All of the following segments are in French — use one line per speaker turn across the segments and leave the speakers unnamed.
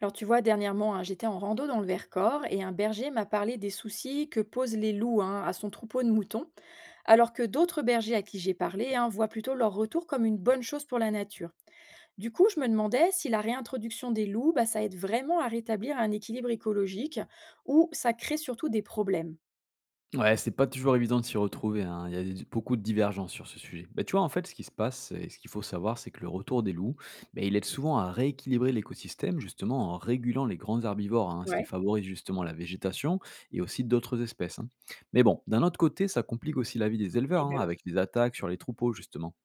Alors tu vois, dernièrement, hein, j'étais en rando dans le Vercors et un berger m'a parlé des soucis que posent les loups, hein, à son troupeau de moutons, alors que d'autres bergers à qui j'ai parlé, hein, voient plutôt leur retour comme une bonne chose pour la nature. Du coup, je me demandais si la réintroduction des loups, bah, ça aide vraiment à rétablir un équilibre écologique ou ça crée surtout des problèmes.
Ouais, c'est pas toujours évident de s'y retrouver, hein. Il y a des beaucoup de divergences sur ce sujet. Bah, tu vois, en fait, ce qui se passe et ce qu'il faut savoir, c'est que le retour des loups, bah, il aide souvent à rééquilibrer l'écosystème, justement en régulant les grands herbivores, hein, ce qui
Ouais,
favorise justement la végétation et aussi d'autres espèces, hein. Mais bon, d'un autre côté, ça complique aussi la vie des
eh
éleveurs, hein,
ben oui.
avec les attaques sur les troupeaux, justement.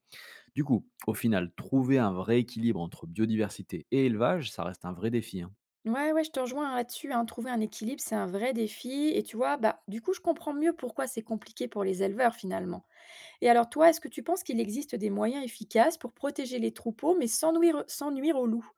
Du coup, au final, trouver un vrai équilibre entre biodiversité et élevage, ça reste un vrai défi, hein.
Ouais, ouais, je te rejoins, hein, là-dessus. Hein. Trouver un équilibre, c'est un vrai défi. Et tu vois, bah, du coup, je comprends mieux pourquoi c'est compliqué pour les éleveurs finalement. Et alors toi, est-ce que tu penses qu'il existe des moyens efficaces pour protéger les troupeaux, mais sans nuire aux loups?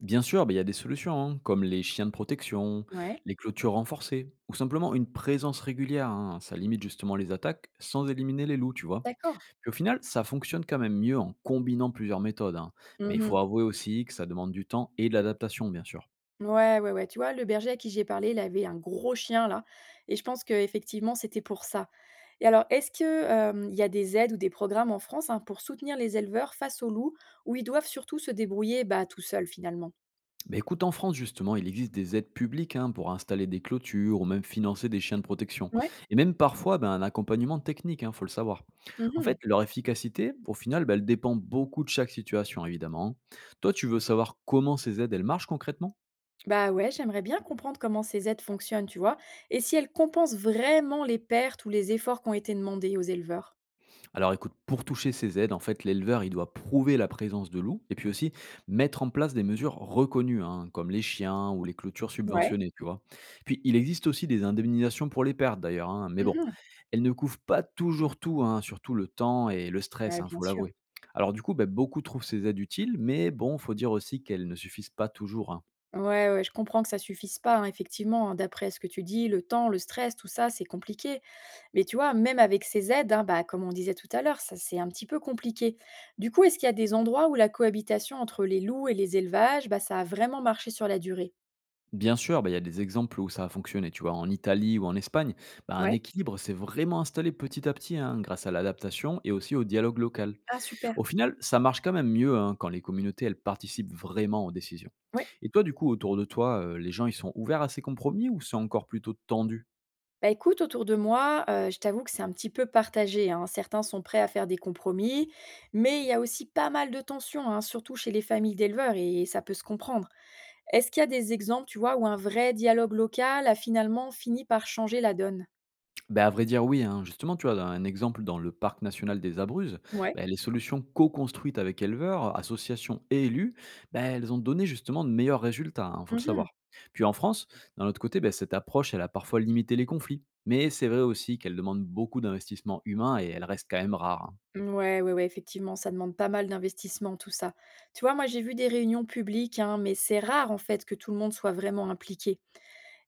Bien sûr, bah, il y a des solutions, hein, comme les chiens de protection,
Ouais,
les clôtures renforcées, ou simplement une présence régulière, hein. Ça limite justement les attaques sans éliminer les loups, tu vois.
d'accord.
Puis au final, ça fonctionne quand même mieux en combinant plusieurs méthodes, hein. Mais il
Mmh.
faut avouer aussi que ça demande du temps et de l'adaptation, bien sûr.
Ouais, ouais, ouais. Tu vois, le berger à qui j'ai parlé, il avait un gros chien là et je pense que effectivement c'était pour ça. Et alors, est-ce que, il y a des aides ou des programmes en France, hein, pour soutenir les éleveurs face aux loups ou ils doivent surtout se débrouiller, bah, tout seuls finalement?
Bah écoute, en France justement, il existe des aides publiques hein, pour installer des clôtures ou même financer des chiens de protection.
Ouais.
Et même parfois, ben, un accompagnement technique, il faut le savoir. En
Mmh.
fait, leur efficacité, au final, ben, elle dépend beaucoup de chaque situation, évidemment. Toi, tu veux savoir comment ces aides, elles marchent concrètement?
Bah, ouais, j'aimerais bien comprendre comment ces aides fonctionnent, tu vois? Et si elles compensent vraiment les pertes ou les efforts qui ont été demandés aux éleveurs?
Alors écoute, pour toucher ces aides, en fait, l'éleveur, il doit prouver la présence de loups et puis aussi mettre en place des mesures reconnues, hein, comme les chiens ou les clôtures
Ouais.
subventionnées, tu vois. Puis il existe aussi des indemnisations pour les pertes d'ailleurs, hein, mais bon,
Mmh mh.
elles ne couvrent pas toujours tout, hein, surtout le temps et le stress,
Ouais,
il
bien
faut
sûr.
l'avouer. Alors du coup, ben, beaucoup trouvent ces aides utiles, mais bon, faut dire aussi qu'elles ne suffisent pas toujours, hein.
Ouais, ouais, je comprends que ça suffise pas, hein, effectivement, hein, d'après ce que tu dis, le temps, le stress, tout ça, c'est compliqué. Mais tu vois, même avec ces aides, hein, bah, comme on disait tout à l'heure, ça c'est un petit peu compliqué. Du coup, est-ce qu'il y a des endroits où la cohabitation entre les loups et les élevages, bah, ça a vraiment marché sur la durée?
Bien sûr, bah, il y a des exemples où ça a fonctionné, tu vois, en Italie ou en Espagne, bah, un
Ouais.
équilibre s'est vraiment installé petit à petit hein, grâce à l'adaptation et aussi au dialogue local.
Ah super.
Au final, ça marche quand même mieux hein, quand les communautés, elles participent vraiment aux décisions.
Ouais.
Et toi, du coup, autour de toi, les gens, ils sont ouverts à ces compromis ou c'est encore plutôt tendu?
Bah, écoute, autour de moi, je t'avoue que c'est un petit peu partagé, hein. Certains sont prêts à faire des compromis, mais il y a aussi pas mal de tensions, hein, surtout chez les familles d'éleveurs et ça peut se comprendre. Est-ce qu'il y a des exemples, tu vois, où un vrai dialogue local a finalement fini par changer la donne?
Ben à vrai dire, oui, hein. Justement, tu vois, un exemple dans le parc national des Abruzzes,
Ouais.
bah, les solutions co-construites avec éleveurs, associations et élus, ben elles ont donné justement de meilleurs résultats, il faut le
Mmh.
savoir. Puis en France, d'un autre côté, ben cette approche, elle a parfois limité les conflits. Mais c'est vrai aussi qu'elle demande beaucoup d'investissement humain et elle reste quand même rare, hein.
Ouais, ouais, ouais, effectivement, ça demande pas mal d'investissement tout ça. Tu vois, moi j'ai vu des réunions publiques, hein, mais c'est rare en fait que tout le monde soit vraiment impliqué.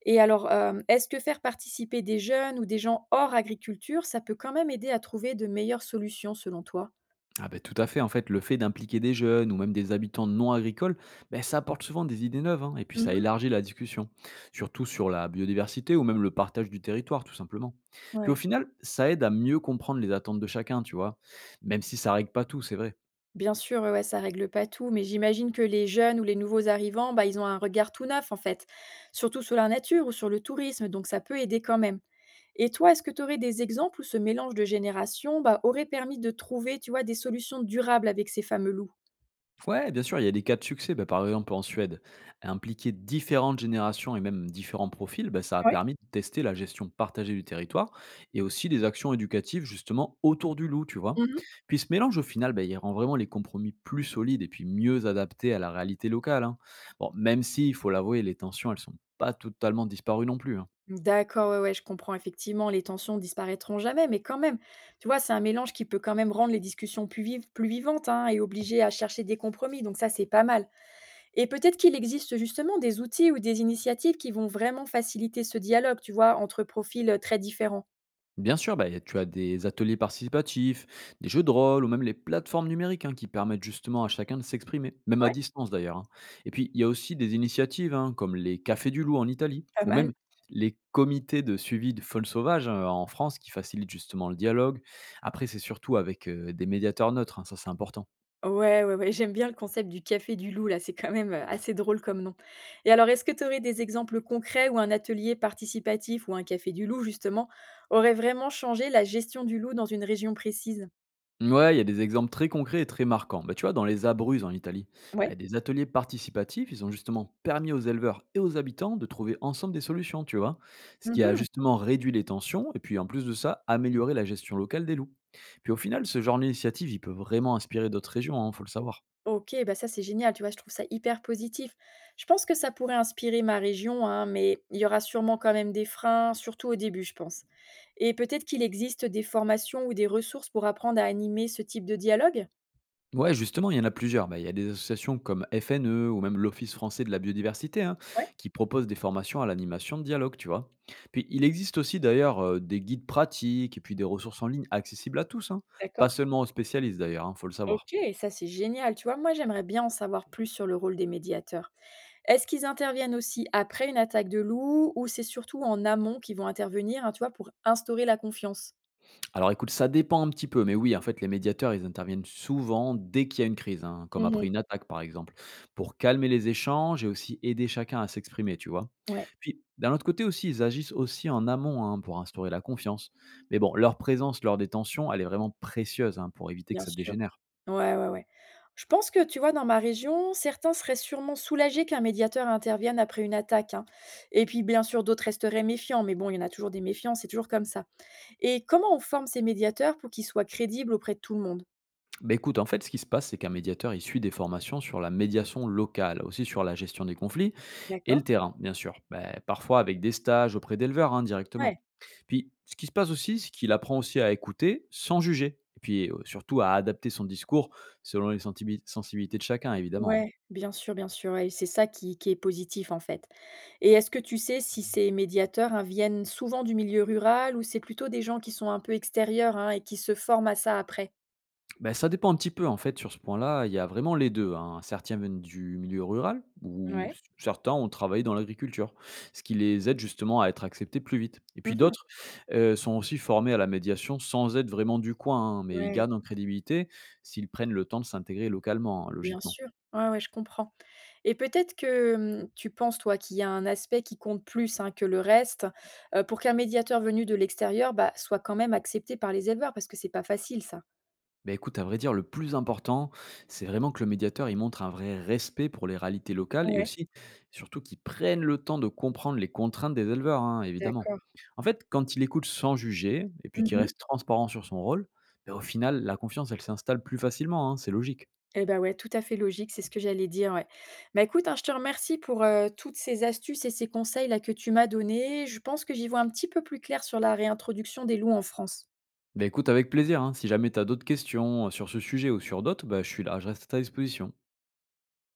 Et alors, est-ce que faire participer des jeunes ou des gens hors agriculture, ça peut quand même aider à trouver de meilleures solutions selon toi?
Ah ben tout à fait, en fait, le fait d'impliquer des jeunes ou même des habitants non agricoles, ben, ça apporte souvent des idées neuves, hein, et puis ça
Mmh.
élargit la discussion, surtout sur la biodiversité ou même le partage du territoire, tout simplement. Puis au
Ouais.
final, ça aide à mieux comprendre les attentes de chacun, tu vois, même si ça règle pas tout, c'est vrai.
Bien sûr, ouais, ouais, ça règle pas tout, mais j'imagine que les jeunes ou les nouveaux arrivants, bah, ils ont un regard tout neuf en fait, surtout sur la nature ou sur le tourisme, donc ça peut aider quand même. Et toi, est-ce que tu aurais des exemples où ce mélange de générations, bah, aurait permis de trouver, tu vois, des solutions durables avec ces fameux loups?
Ouais, bien sûr, il y a des cas de succès. Bah, par exemple, en Suède, impliquer différentes générations et même différents profils, bah, ça a
Oui.
permis de tester la gestion partagée du territoire et aussi des actions éducatives justement autour du loup, tu vois. Puis ce mélange, au final, bah, il rend vraiment les compromis plus solides et puis mieux adaptés à la réalité locale, hein. Bon, même si, il faut l'avouer, les tensions, elles sont pas totalement disparues non plus, hein.
D'accord, ouais, ouais, je comprends effectivement, les tensions disparaîtront jamais, mais quand même, tu vois, c'est un mélange qui peut quand même rendre les discussions plus vives, plus vivantes, hein, et obliger à chercher des compromis, donc ça, c'est pas mal. Et peut-être qu'il existe justement des outils ou des initiatives qui vont vraiment faciliter ce dialogue, tu vois, entre profils, très différents.
Bien sûr, bah, tu as des ateliers participatifs, des jeux de rôle ou même les plateformes numériques hein, qui permettent justement à chacun de s'exprimer, même à
Ouais,
distance d'ailleurs, hein. Et puis, il y a aussi des initiatives hein, comme les Cafés du Loup en Italie
pas
ou
mal.
même les comités de suivi de faune sauvage en France qui facilitent justement le dialogue. Après, c'est surtout avec des médiateurs neutres, hein, ça c'est important.
Ouais, ouais, ouais, j'aime bien le concept du café du loup là, c'est quand même, assez drôle comme nom. Et alors est-ce que tu aurais des exemples concrets où un atelier participatif ou un café du loup justement, aurait vraiment changé la gestion du loup dans une région précise?
Ouais, il y a des exemples très concrets et très marquants. Bah, tu vois, dans les Abruzzes en Italie,
Ouais.
bah, des ateliers participatifs, ils ont justement permis aux éleveurs et aux habitants de trouver ensemble des solutions, tu vois. Ce qui a
Mmh.
justement réduit les tensions et puis en plus de ça, amélioré la gestion locale des loups. Puis au final, ce genre d'initiative, il peut vraiment inspirer d'autres régions, hein, faut le savoir.
OK, bah, ça c'est génial, tu vois? Je trouve ça hyper positif. Je pense que ça pourrait inspirer ma région, hein, mais il y aura sûrement quand même des freins, surtout au début, je pense. Et peut-être qu'il existe des formations ou des ressources pour apprendre à animer ce type de dialogue?
Ouais, justement, il y en a plusieurs. Bah, il y a des associations comme FNE ou même l'Office français de la biodiversité hein,
Ouais,
qui proposent des formations à l'animation de dialogue, tu vois. Puis il existe aussi d'ailleurs des guides pratiques et puis des ressources en ligne accessibles à tous, hein, pas
d'accord.
seulement aux spécialistes d'ailleurs, il faut le savoir.
OK, ça c'est génial. Tu vois, moi j'aimerais bien en savoir plus sur le rôle des médiateurs. Est-ce qu'ils interviennent aussi après une attaque de loup ou c'est surtout en amont qu'ils vont intervenir, hein, tu vois, pour instaurer la confiance?
Alors écoute, ça dépend un petit peu, mais oui, en fait, les médiateurs, ils interviennent souvent dès qu'il y a une crise, hein, comme après
Mmh.
une attaque, par exemple, pour calmer les échanges et aussi aider chacun à s'exprimer, tu vois.
Ouais,
Puis, d'un autre côté aussi, ils agissent aussi en amont hein, pour instaurer la confiance. Mais bon, leur présence lors des tensions, elle est vraiment précieuse hein, pour éviter que
bien
ça
sûr.
dégénère.
Ouais, ouais, ouais. Je pense que, tu vois, dans ma région, certains seraient sûrement soulagés qu'un médiateur intervienne après une attaque, hein. Et puis, bien sûr, d'autres resteraient méfiants, mais bon, il y en a toujours des méfiants, c'est toujours comme ça. Et comment on forme ces médiateurs pour qu'ils soient crédibles auprès de tout le monde?
Bah écoute, en fait, ce qui se passe, c'est qu'un médiateur, il suit des formations sur la médiation locale, aussi sur la gestion des conflits, et le
D'accord.
terrain, bien sûr, bah, parfois avec des stages auprès d'éleveurs hein, directement.
Ouais,
Puis, ce qui se passe aussi, c'est qu'il apprend aussi à écouter sans juger. Et puis, surtout, à adapter son discours selon les sensibilités de chacun, évidemment, hein.
ouais, bien sûr, ouais, c'est ça qui est positif, en fait. Et est-ce que tu sais si ces médiateurs, hein, viennent souvent du milieu rural ou c'est plutôt des gens qui sont un peu extérieurs, hein, et qui se forment à ça après?
Ben ça dépend un petit peu en fait sur ce point-là, il y a vraiment les deux, hein. Certains viennent du milieu rural ou
Ouais.
s certains ont travaillé dans l'agriculture, ce qui les aide justement à être acceptés plus vite. Et puis
Mmh.
d'autres, sont aussi formés à la médiation sans être vraiment du coin, hein, mais ils
Ouais,
gagnent en crédibilité s'ils prennent le temps de s'intégrer localement, hein,
bien
logiquement.
sûr. Ouais, ouais, je comprends. Et peut-être que, mmh, tu penses, toi, qu'il y a un aspect qui compte plus, hein, que le reste, pour qu'un médiateur venu de l'extérieur, bah, soit quand même accepté par les éleveurs? Parce que c'est pas facile ça.
Beh, écoute, à vrai dire, le plus important, c'est vraiment que le médiateur, il montre un vrai respect pour les réalités locales et aussi, surtout, qu'il prenne le temps de comprendre les contraintes des éleveurs, hein, évidemment.
D'accord.
En fait, quand il écoute sans juger et puis
Mmh
qu'il
mh.
reste transparent sur son rôle, ben, au final, la confiance, elle s'installe plus facilement, hein, c'est logique.
Et bah, ouais, tout à fait logique, c'est ce que j'allais dire, ouais. Bah, écoute, hein, je te remercie pour, toutes ces astuces et ces conseils là que tu m'as donnés. Je pense que j'y vois un petit peu plus clair sur la réintroduction des loups en France.
Bah écoute, avec plaisir, hein, si jamais tu as d'autres questions sur ce sujet ou sur d'autres, bah, je suis là, je reste à ta disposition.